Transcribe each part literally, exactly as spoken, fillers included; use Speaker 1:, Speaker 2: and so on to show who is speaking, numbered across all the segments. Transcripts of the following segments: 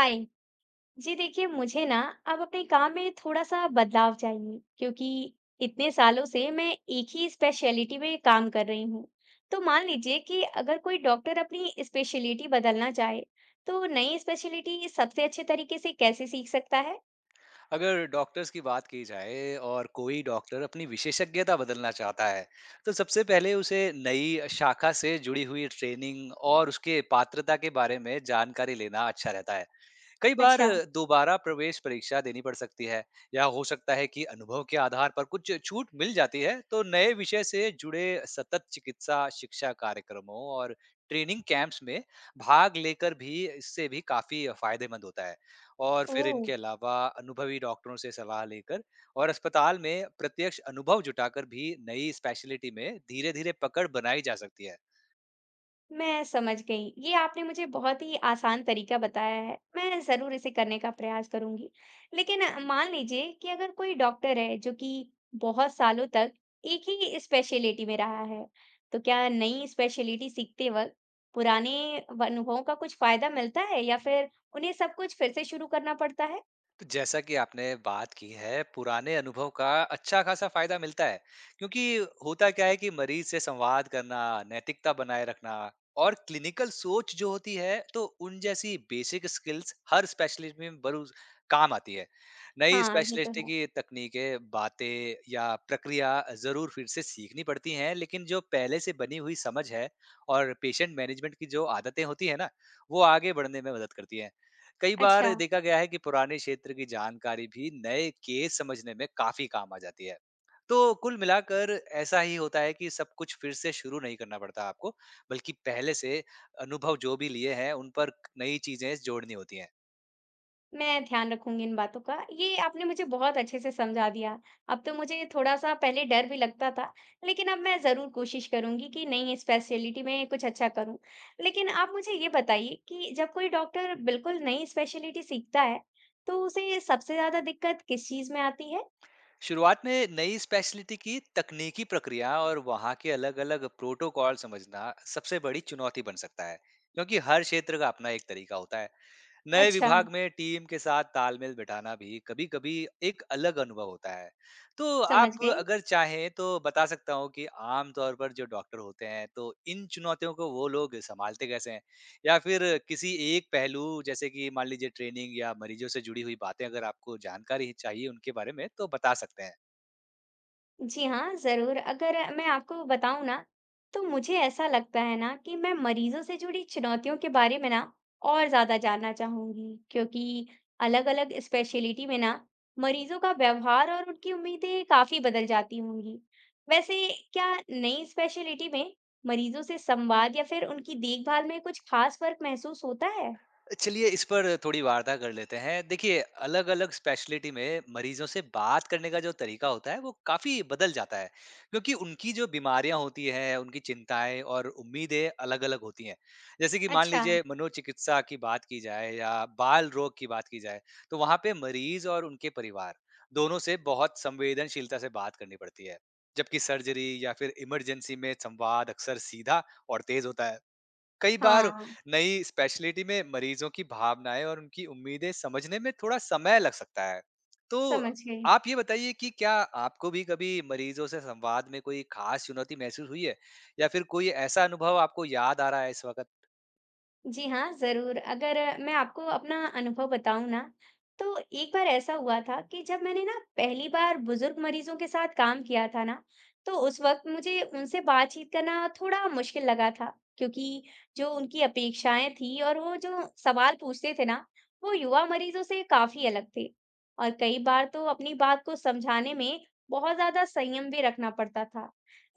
Speaker 1: हाय जी। देखिए मुझे ना अब अपने काम में थोड़ा सा बदलाव चाहिए क्योंकि इतने सालों से मैं एक ही स्पेशलिटी में काम कर रही हूँ। तो मान लीजिए कि अगर कोई डॉक्टर अपनी स्पेशलिटी बदलना चाहे तो नई स्पेशलिटी सबसे अच्छे तरीके से कैसे सीख सकता है?
Speaker 2: अगर डॉक्टर्स की बात की जाए और कोई डॉक्टर अपनी विशेषज्ञता बदलना चाहता है, तो सबसे पहले उसे नई शाखा से जुड़ी हुई ट्रेनिंग और उसके पात्रता के बारे में जानकारी लेना अच्छा रहता है। कई बार
Speaker 1: अच्छा।
Speaker 2: दोबारा प्रवेश परीक्षा देनी पड़ सकती है, या हो सकता है कि अनुभव के आधार पर कुछ छूट मिल जाती है। तो नए विषय से जुड़े सतत चिकित्सा शिक्षा कार्यक्रमों और ट्रेनिंग कैंप्स में भाग लेकर भी इससे भी काफी फायदेमंद होता है। और
Speaker 1: ओ।
Speaker 2: फिर इनके अलावा अनुभवी डॉक्टरों से सलाह लेकर और अस्पताल में प्रत्यक्ष अनुभव जुटाकर भी नई स्पेशलिटी में धीरे धीरे पकड़ बनाई जा सकती है।
Speaker 1: मैं समझ गई। ये आपने मुझे बहुत ही आसान तरीका बताया है। मैं ज़रूर इसे करने का प्रयास करूँगी। लेकिन अ, मान लीजिए कि अगर कोई डॉक्टर है जो कि बहुत सालों तक एक ही स्पेशलिटी में रहा है, तो क्या नई स्पेशलिटी सीखते वक़्त पुराने व अनुभवों का कुछ फ़ायदा मिलता है या फिर उन्हें सब कुछ फिर से शुरू करना पड़ता है?
Speaker 2: तो जैसा कि आपने बात की है, पुराने अनुभव का अच्छा खासा फायदा मिलता है, क्योंकि होता क्या है कि मरीज से संवाद करना, नैतिकता बनाए रखना और क्लिनिकल सोच जो होती है, तो उन जैसी बेसिक स्किल्स हर स्पेशलिस्ट में बरूज काम आती है। नई
Speaker 1: हाँ, ये तो
Speaker 2: स्पेशलिस्ट
Speaker 1: है।
Speaker 2: की तकनीकें, बातें या प्रक्रिया जरूर फिर से सीखनी पड़ती हैं, लेकिन जो पहले से बनी हुई समझ है और पेशेंट मैनेजमेंट की जो आदतें होती है ना, वो आगे बढ़ने में मदद करती है। कई बार
Speaker 1: अच्छा।
Speaker 2: देखा गया है कि पुराने क्षेत्र की जानकारी भी नए केस समझने में काफी काम आ जाती है। तो कुल मिलाकर ऐसा ही होता है कि सब कुछ फिर से शुरू नहीं करना पड़ता आपको, बल्कि पहले से अनुभव जो भी लिए हैं उन पर नई चीजें जोड़नी होती हैं।
Speaker 1: मैं ध्यान रखूंगी इन बातों का। ये आपने मुझे बहुत अच्छे से समझा दिया। अब तो मुझे थोड़ा-सा पहले डर भी लगता था, लेकिन अब मैं ज़रूर कोशिश करूंगी कि नहीं इस स्पेशलिटी में कुछ अच्छा करूँ। लेकिन आप मुझे ये बताइए कि जब कोई डॉक्टर बिल्कुल नई स्पेशलिटी सीखता है, तो उसे सबसे ज़्यादा दिक्कत किस चीज़ में आती है?
Speaker 2: शुरुआत में नई स्पेशलिटी की तकनीकी प्रक्रिया और वहाँ के अलग अलग प्रोटोकॉल समझना सबसे बड़ी चुनौती बन सकता है, क्योंकि हर क्षेत्र का अपना एक तरीका होता है। नए
Speaker 1: अच्छा,
Speaker 2: विभाग में टीम के साथ तालमेल बिठाना भी कभी-कभी एक अलग अनुभव होता है। तो
Speaker 1: समझ
Speaker 2: आप
Speaker 1: गई।
Speaker 2: अगर चाहें तो बता सकता हूँ कि आम तौर पर जो डॉक्टर होते हैं, तो इन चुनौतियों को वो लोग सँभालते कैसे हैं? या फिर किसी एक पहलू जैसे कि मान लीजिए ट्रेनिंग या मरीजों से जुड़ी हुई बातें अगर आपको जानकारी चाहिए उनके बारे में, तो बता सकते हैं।
Speaker 1: जी हाँ, ज़रूर। अगर मैं आपको बताऊँ ना, तो मुझे ऐसा लगता है ना कि मैं मरीज़ों से जुड़ी चुनौतियों के बारे में ना और ज़्यादा जानना चाहूँगी, क्योंकि अलग-अलग स्पेशलिटी में ना मरीज़ों का व्यवहार और उनकी उम्मीदें काफ़ी बदल जाती होंगी। वैसे क्या नई स्पेशलिटी में मरीज़ों से संवाद या फिर उनकी देखभाल में कुछ खास फ़र्क महसूस होता है?
Speaker 2: चलिए इस पर थोड़ी वार्ता कर लेते हैं। देखिए, अलग-अलग स्पेशलिटी में मरीजों से बात करने का जो तरीका होता है, वो काफ़ी बदल जाता है। क्योंकि उनकी जो बीमारियाँ होती हैं, उनकी चिंताएँ और उम्मीदें अलग-अलग होती हैं। जैसे कि मान
Speaker 1: अच्छा,
Speaker 2: लीजिए मनोचिकित्सा की बात की जाए या बाल रोग की बात की जाए, तो वहाँ पे मरीज और उनके परिवार, दोनों से बहुत संवेदनशीलता से बात करनी पड़ती है। जबकि सर्जरी या फिर इमरजेंसी में संवाद अक्सर सीधा और तेज़ होता है। कई बार
Speaker 1: हाँ,
Speaker 2: नई स्पेशलिटी में मरीजों की भावनाएं और उनकी उम्मीदें समझने में थोड़ा समय लग सकता है। तो
Speaker 1: समझ गई।
Speaker 2: आप ये बताइए कि क्या आपको भी कभी मरीजों से संवाद में कोई खास चुनौती महसूस हुई है, या फिर कोई ऐसा अनुभव आपको याद आ रहा है इस वक्त?
Speaker 1: जी हाँ, ज़रूर। अगर अ, मैं आपको अपना अनुभव बताऊँ ना, तो एक बार ऐसा हुआ था कि जब मैंने ना पहली बार बुज़ुर्ग मरीज़ों के साथ काम किया था ना, तो उस वक़्त मुझे उनसे बातचीत करना थोड़ा मुश्किल लगा था, क्योंकि जो उनकी अपेक्षाएँ थीं और वो जो सवाल पूछते थे ना, वो युवा मरीज़ों से काफ़ी अलग थे। और कई बार तो अपनी बात को समझाने में बहुत ज़्यादा संयम भी रखना पड़ता था।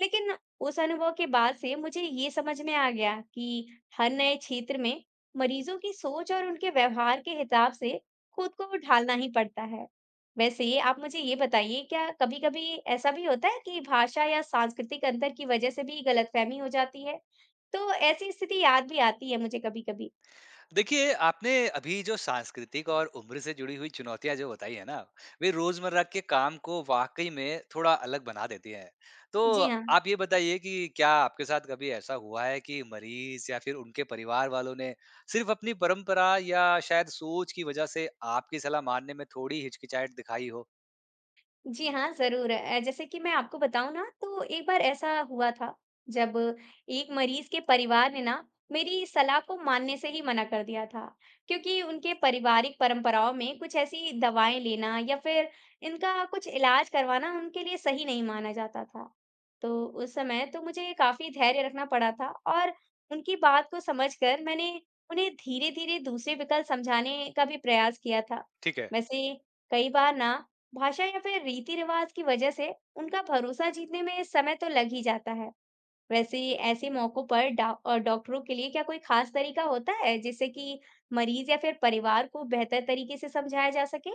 Speaker 1: लेकिन उस अनुभव के बाद से मुझे ये समझ में आ गया कि हर नए क्षेत्र में मरीजों की सोच और उनके व्यवहार के हिसाब से खुद को ढालना ही पड़ता है। वैसे आप मुझे ये बताइए, क्या कभी-कभी ऐसा भी होता है कि भाषा या सांस्कृतिक अंतर की वजह से भी गलतफहमी हो जाती है? तो ऐसी स्थिति याद भी आती है मुझे कभी-कभी।
Speaker 2: देखिए, आपने अभी जो सांस्कृतिक और उम्र से जुड़ी हुई चुनौतियाँ जो बताई है ना, वे रोज़मर्रा के काम को वाक़ई में थोड़ा अलग बना देती हैं। तो
Speaker 1: जी हाँ।
Speaker 2: आप ये बताइए कि क्या आपके साथ कभी ऐसा हुआ है कि मरीज़ या फिर उनके परिवार वालों ने सिर्फ़ अपनी परंपरा या शायद सोच की वज़ह से आपकी सलाह मानने में थोड़ी हिचकिचाहट दिखाई हो?
Speaker 1: जी हाँ, ज़रूर। अ, जैसे कि मैं आपको बताऊँ ना तो एक बार ऐसा हुआ था जब एक मरीज़ के परिवार ने ना मेरी सलाह को मानने से ही मना कर दिया था। क्योंकि उनके पारिवारिक परंपराओं में कुछ ऐसी दवाएँ लेना या फिर इनका कुछ इलाज करवाना उनके लिए सही नहीं माना जाता था। तो उस समय तो मुझे काफ़ी धैर्य रखना पड़ा था और उनकी बात को समझकर मैंने उन्हें धीरे-धीरे दूसरे विकल्प समझाने का भी प्रयास किया था।
Speaker 2: ठीक है।
Speaker 1: वैसे कई बार ना भाषा या फिर रीति रिवाज की वजह से उनका भरोसा जीतने में समय तो लग ही जाता है। वैसे ऐसे मौकों पर डा अ, डॉक्टरों के लिए क्या कोई खास तरीका होता है जिससे कि मरीज या फिर परिवार को बेहतर तरीके से समझाया जा सके?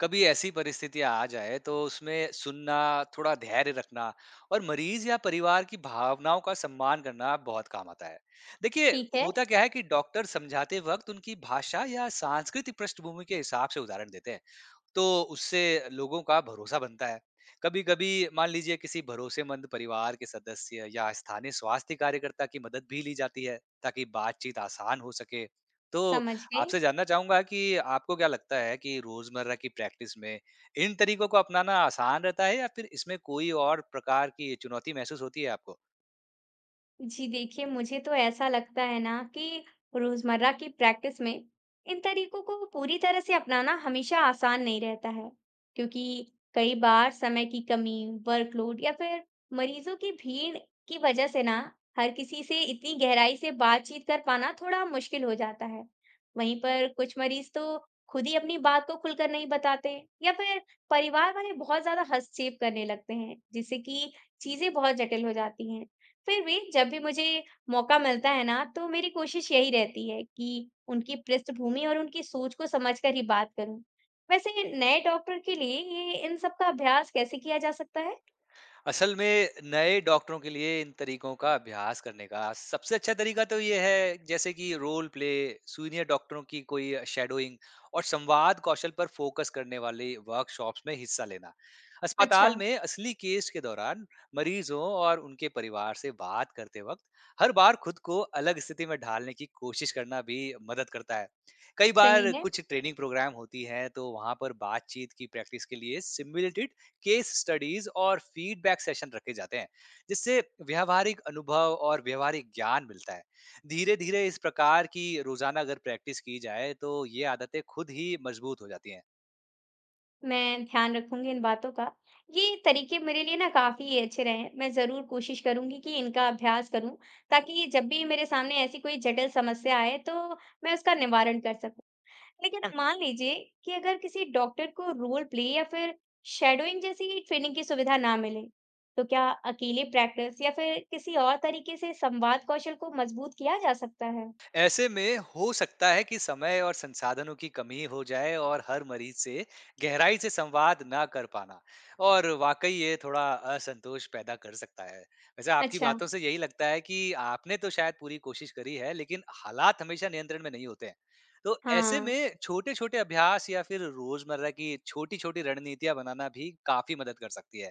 Speaker 2: कभी ऐसी परिस्थितियां आ जाए तो उसमें सुनना, थोड़ा धैर्य रखना और मरीज या परिवार की भावनाओं का सम्मान करना बहुत काम आता है। देखिए,
Speaker 1: ठीक है।
Speaker 2: होता क्या है कि डॉक्टर समझाते वक्त उनकी भाषा या सांस्कृतिक पृष्ठभूमि के हिसाब से उदाहरण देते हैं, तो उससे लोगों का भरोसा बनता है। कभी-कभी मान लीजिए किसी भरोसेमंद परिवार के सदस्य या स्थानीय स्वास्थ्य कार्यकर्ता की मदद भी ली जाती है, ताकि बातचीत आसान हो सके। तो
Speaker 1: समझ गई।
Speaker 2: आपसे जानना चाहूँगा कि आपको क्या लगता है कि रोज़मर्रा की प्रैक्टिस में इन तरीकों को अपनाना आसान रहता है, या फिर इसमें कोई और प्रकार की चुनौती महसूस होती है आपको?
Speaker 1: जी देखिए, मुझे तो ऐसा लगता है ना कि रोजमर्रा की प्रैक्टिस में इन तरीकों को पूरी तरह से अपनाना हमेशा आसान नहीं रहता है, क्योंकि कई बार समय की कमी, वर्कलोड या फिर मरीजों की भीड़ की वजह से ना हर किसी से इतनी गहराई से बातचीत कर पाना थोड़ा मुश्किल हो जाता है। वहीं पर कुछ मरीज तो खुद ही अपनी बात को खुलकर नहीं बताते या फिर परिवार वाले बहुत ज्यादा हस्तक्षेप करने लगते हैं, जिससे कि चीजें बहुत जटिल हो जाती हैं। फिर भी जब भी मुझे मौका मिलता है ना, तो मेरी कोशिश यही रहती है कि उनकी पृष्ठभूमि और उनकी सोच को समझकर ही बात करूं। वैसे नए डॉक्टर के लिए ये इन सब का अभ्यास कैसे किया जा सकता है?
Speaker 2: असल में नए डॉक्टरों के लिए इन तरीकों का अभ्यास करने का सबसे अच्छा तरीका तो ये है, जैसे कि रोल प्ले, सीनियर डॉक्टरों की कोई शेडोइंग और संवाद कौशल पर फोकस करने वाली वर्कशॉप्स में हिस्सा लेना।
Speaker 1: अच्छा,
Speaker 2: अस्पताल में असली केस के दौरान मरीजों और उनके परिवार से बात करते वक्त हर बार खुद को अलग स्थिति में ढालने की कोशिश करना भी मदद करता है। कई
Speaker 1: सही
Speaker 2: बार
Speaker 1: है।
Speaker 2: कुछ ट्रेनिंग प्रोग्राम होती हैं, तो वहां पर बातचीत की प्रैक्टिस के लिए सिमुलेटेड केस स्टडीज और फीडबैक सेशन रखे जाते हैं, जिससे व्यवहारिक अनुभव और व्यवहारिक ज्ञान मिलता है। धीरे धीरे इस प्रकार की रोजाना अगर प्रैक्टिस की जाए तो ये आदतें खुद ही मजबूत हो जाती हैं।
Speaker 1: मैं ध्यान रखूंगी इन बातों का। ये तरीके मेरे लिए ना काफी अच्छे रहे हैं। मैं जरूर कोशिश करूंगी कि इनका अभ्यास करूं ताकि जब भी मेरे सामने ऐसी कोई जटिल समस्या आए तो मैं उसका निवारण कर सकूं। लेकिन मान लीजिए कि अगर किसी डॉक्टर को रोल प्ले या फिर शैडोइंग जैसी ट्रेनिंग की सुविधा ना मिले, तो क्या अकेले प्रैक्टिस या फिर किसी और तरीके से संवाद कौशल को मजबूत किया जा सकता है?
Speaker 2: ऐसे में हो सकता है कि समय और संसाधनों की कमी हो जाए और हर मरीज से गहराई से संवाद ना कर पाना, और वाकई ये थोड़ा असंतोष पैदा कर सकता है। वैसे आपकी
Speaker 1: अच्छा,
Speaker 2: बातों से यही लगता है कि आपने तो शायद पूरी कोशिश करी है, लेकिन हालात हमेशा नियंत्रण में नहीं होते हैं। तो ऐसे
Speaker 1: हाँ,
Speaker 2: में छोटे छोटे अभ्यास या फिर रोजमर्रा की छोटी छोटी रणनीतियां बनाना भी काफी मदद कर सकती है।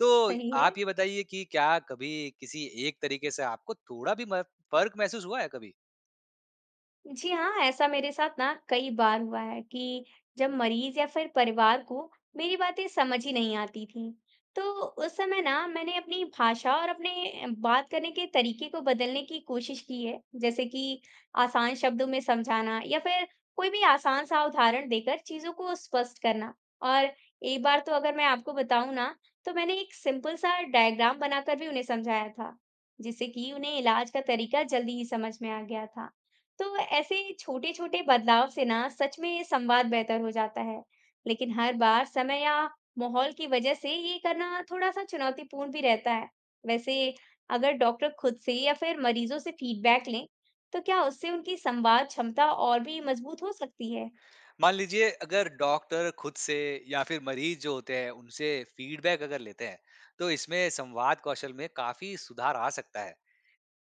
Speaker 2: तो
Speaker 1: सही है।
Speaker 2: आप ये बताइए कि क्या कभी किसी एक तरीके से आपको थोड़ा भी म- फर्क महसूस हुआ है कभी?
Speaker 1: जी हाँ, ऐसा मेरे साथ ना कई बार हुआ है कि जब मरीज या फिर परिवार को मेरी बातें समझ ही नहीं आती थी, तो उस समय ना मैंने अपनी भाषा और अपने बात करने के तरीके को बदलने की कोशिश की है, जैसे कि आसान शब्दों में समझाना या फिर कोई भी आसान सा उदाहरण देकर चीजों को स्पष्ट करना। और एक बार तो अगर मैं आपको बताऊं ना, तो मैंने एक सिंपल सा डायग्राम बनाकर भी उन्हें समझाया था, जिससे कि उन्हें इलाज का तरीका जल्दी ही समझ में आ गया था। तो ऐसे छोटे-छोटे बदलाव से ना सच में संवाद बेहतर हो जाता है, लेकिन हर बार समय या माहौल की वजह से ये करना थोड़ा-सा चुनौतीपूर्ण भी रहता है। वैसे अगर डॉक्टर खुद से या फिर मरीजों से फीडबैक लें, तो क्या उससे उनकी संवाद क्षमता और भी मजबूत हो सकती है?
Speaker 2: मान लीजिए अगर डॉक्टर खुद से या फिर मरीज जो होते हैं उनसे फीडबैक अगर लेते हैं, तो इसमें संवाद कौशल में काफी सुधार आ सकता है।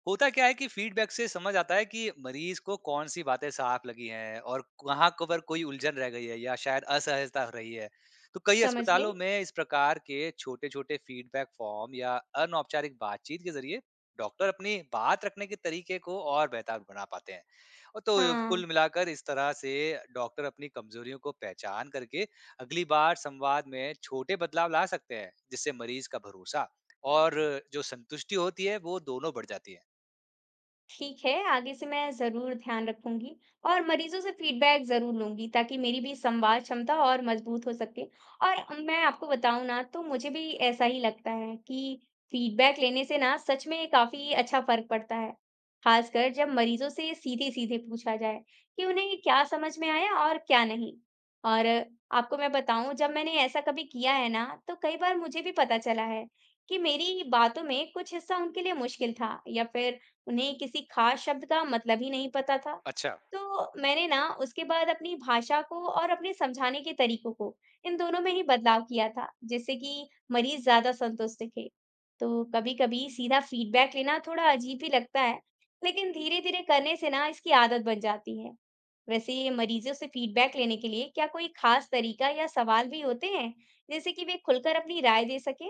Speaker 2: होता क्या है कि फीडबैक से समझ आता है कि मरीज को कौन सी बातें साफ लगी हैं और कहाँ को पर कोई उलझन रह गई है या शायद असहजता हो रही है। तो कई
Speaker 1: समझ गए।
Speaker 2: अस्पतालों में इस प्रकार के छोटे छोटे फीडबैक फॉर्म या अनौपचारिक बातचीत के जरिए डॉक्टर अपनी बात रखने के तरीके को और बेहतर बना पाते हैं। और तो
Speaker 1: हाँ।
Speaker 2: कुल मिलाकर इस तरह से डॉक्टर अपनी कमजोरियों को पहचान करके अगली बार संवाद में छोटे बदलाव ला सकते हैं, जिससे मरीज का भरोसा और जो संतुष्टि होती है वो दोनों बढ़ जाती है।
Speaker 1: ठीक है। आगे से मैं जरूर ध्यान रखूंगी और मरीजों से फीडबैक जरूर लूंगी ताकि मेरी भी संवाद क्षमता और मजबूत हो सके। और मैं आपको बताऊं ना तो मुझे भी ऐसा ही लगता है कि फीडबैक लेने से ना सच में काफी अच्छा फर्क पड़ता है, खासकर जब मरीजों से सीधे सीधे पूछा जाए कि उन्हें क्या समझ में आया और क्या नहीं। और आपको मैं बताऊं, जब मैंने ऐसा कभी किया है ना तो कई बार मुझे भी पता चला है कि मेरी बातों में कुछ हिस्सा उनके लिए मुश्किल था या फिर उन्हें किसी खास शब्द का मतलब ही नहीं पता था।
Speaker 2: अच्छा,
Speaker 1: तो मैंने ना उसके बाद अपनी भाषा को और अपने समझाने के तरीकों को, इन दोनों में ही बदलाव किया था, जिससे कि मरीज़ ज़्यादा संतुष्ट दिखे। तो कभी-कभी सीधा फीडबैक लेना थोड़ा अजीब ही लगता है, लेकिन धीरे-धीरे करने से ना इसकी आदत बन जाती है। वैसे मरीजों से फीडबैक लेने के लिए क्या कोई खास तरीका या सवाल भी होते हैं, जिससे कि वे खुलकर अपनी राय दे सकें?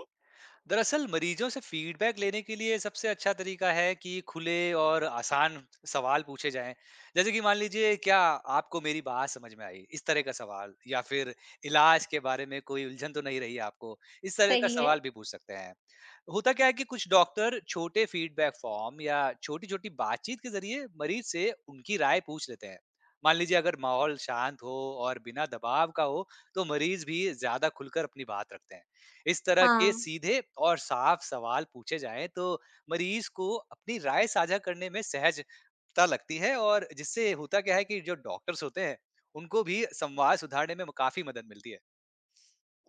Speaker 2: दरअसल मरीजों से फीडबैक लेने के लिए सबसे अच्छा तरीका है कि खुले और आसान सवाल पूछे जाएं। जैसे कि मान लीजिए, क्या आपको मेरी बात समझ में आई, इस तरह का सवाल, या फिर इलाज के बारे में कोई उलझन तो नहीं रही आपको, इस तरह का
Speaker 1: सही है।
Speaker 2: सवाल भी पूछ सकते हैं। होता क्या है कि कुछ डॉक्टर छोटे फीडबैक फॉर्म या छोटी छोटी बातचीत के जरिए मरीज से उनकी राय पूछ लेते हैं। मान लीजिए अगर माहौल शांत हो और बिना दबाव का हो, तो मरीज भी ज्यादा खुलकर अपनी बात रखते हैं। इस तरह के
Speaker 1: हाँ।
Speaker 2: सीधे और साफ सवाल पूछे जाएं तो मरीज को अपनी राय साझा करने में सहजता लगती है, और जिससे होता क्या है कि जो डॉक्टर्स होते हैं, उनको भी संवाद सुधारने में काफी मदद मिलती है।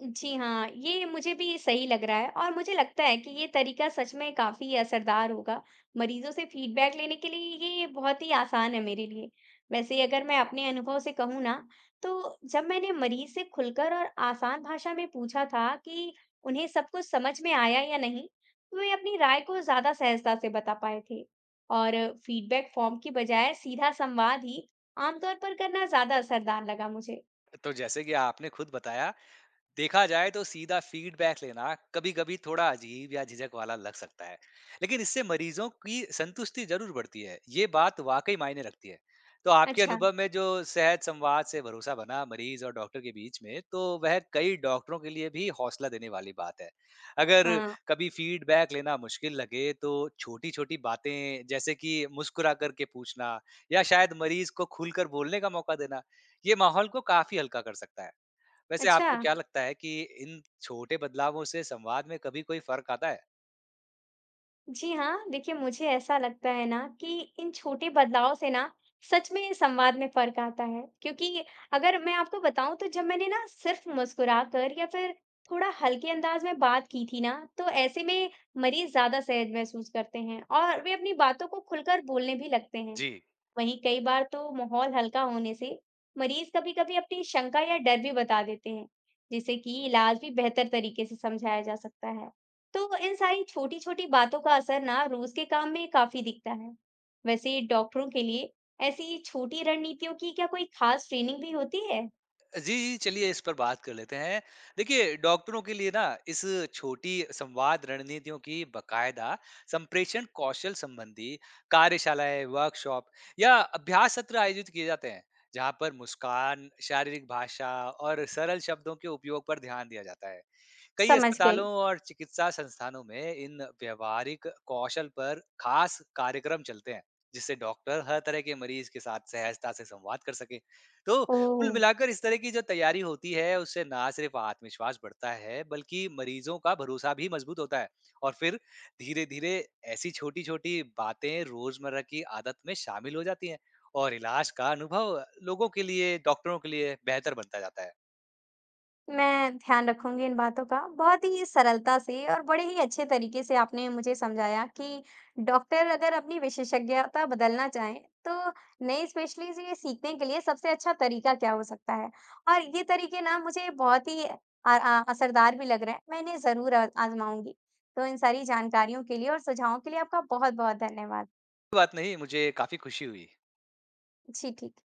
Speaker 1: जी हाँ, ये मुझे भी सही लग रहा है और मुझे लगता है कि ये तरीका सच में काफ़ी असरदार होगा। मरीज़ों से फीडबैक लेने के लिए ये बहुत ही आसान है मेरे लिए। वैसे अगर मैं अपने अनुभव से कहूँ ना, तो जब मैंने मरीज़ से खुलकर और आसान भाषा में पूछा था कि उन्हें सब कुछ समझ में आया या नहीं, तो वे अपनी राय को ज़्यादा सहजता से बता पाए थे। और फीडबैक फॉर्म की बजाय सीधा संवाद ही आमतौर पर करना ज़्यादा असरदार लगा मुझे।
Speaker 2: तो जैसे कि आपने खुद बताया, देखा जाए तो सीधा फीडबैक लेना कभी-कभी थोड़ा अजीब या झिझक वाला लग सकता है, लेकिन इससे मरीजों की संतुष्टि ज़रूर बढ़ती है। ये बात वाक़ई मायने रखती है। तो आपके
Speaker 1: अच्छा,
Speaker 2: अनुभव में जो सेहत संवाद से भरोसा बना मरीज और डॉक्टर के बीच में, तो वह कई डॉक्टरों के लिए भी हौसला देने वाली बात है। अगर
Speaker 1: हाँ,
Speaker 2: कभी फीडबैक लेना मुश्किल लगे, तो छोटी-छोटी बातें जैसे कि मुस्कुरा कर के पूछना या शायद मरीज को खुलकर बोलने का मौका देना, ये माहौल को काफ़ी हल्का कर सकता है। वैसे
Speaker 1: अच्छा।
Speaker 2: आपको क्या लगता है कि इन छोटे बदलावों से संवाद में कभी कोई फर्क आता है?
Speaker 1: जी हाँ, देखिए मुझे ऐसा लगता है ना कि इन छोटे बदलाव से ना सच में संवाद में फर्क आता है, क्योंकि अगर मैं आपको बताऊं तो जब मैंने ना सिर्फ मुस्कुरा कर या फिर थोड़ा हल्के अंदाज में बात की थी ना तो ऐसे में मरीज ज्यादा सहज महसूस करते हैं और वे अपनी बातों को खुलकर बोलने भी लगते हैं।
Speaker 2: जी।
Speaker 1: वहीं कई बार तो माहौल हल्का होने से मरीज कभी-कभी अपनी शंका या डर भी बता देते हैं, जिससे कि इलाज भी बेहतर तरीके से समझाया जा सकता है। तो इन सारी छोटी-छोटी बातों का असर ना रोज के काम में काफी दिखता है। वैसे डॉक्टरों के लिए ऐसी छोटी रणनीतियों की क्या कोई खास ट्रेनिंग भी होती है?
Speaker 2: जी, चलिए इस पर बात कर लेते हैं। देखिए, डॉक्टरों के लिए ना इस छोटी संवाद रणनीतियों की बकायदा संप्रेषण कौशल संबंधी कार्यशालाएँ, वर्कशॉप या अभ्यास सत्र आयोजित किए जाते हैं, जहाँ पर मुस्कान, शारीरिक भाषा और सरल शब्दों के उपयोग पर ध्यान दिया जाता है। कई
Speaker 1: समझ
Speaker 2: अस्पतालों
Speaker 1: गई।
Speaker 2: और चिकित्सा संस्थानों में इन व्यवहारिक कौशल पर खास कार्यक्रम चलते हैं, जिससे डॉक्टर हर तरह के मरीज के साथ सहजता से संवाद कर सके। तो
Speaker 1: ओह।
Speaker 2: कुल मिलाकर इस तरह की जो तैयारी होती है, उससे ना सिर्फ आत्मविश्वास बढ़ता है, बल्कि मरीजों का भरोसा भी मजबूत होता है। और फिर धीरे धीरे ऐसी छोटी छोटी बातें रोजमर्रा की आदत में शामिल हो जाती हैं, और इलाज का अनुभव लोगों के लिए, डॉक्टरों के लिए बेहतर बनता जाता है।
Speaker 1: मैं ध्यान रखूंगी इन बातों का। बहुत ही सरलता से और बड़े ही अच्छे तरीके से आपने मुझे समझाया कि डॉक्टर अगर अपनी विशेषज्ञता बदलना चाहें, तो नए स्पेशलिस्ट ये सीखने के लिए सबसे अच्छा तरीका क्या हो सकता है? और ये तरीके ना मुझे बहुत ही अ अ, असरदार भी लग रहे हैं। मैं इन्हें ज़रूर अ, आज़माऊँगी। तो इन सारी जानकारियों के लिए और सुझावों के लिए आपका बहुत-बहुत धन्यवाद।
Speaker 2: कोई बात नहीं, मुझे काफी खुशी हुई।
Speaker 1: जी, ठीक।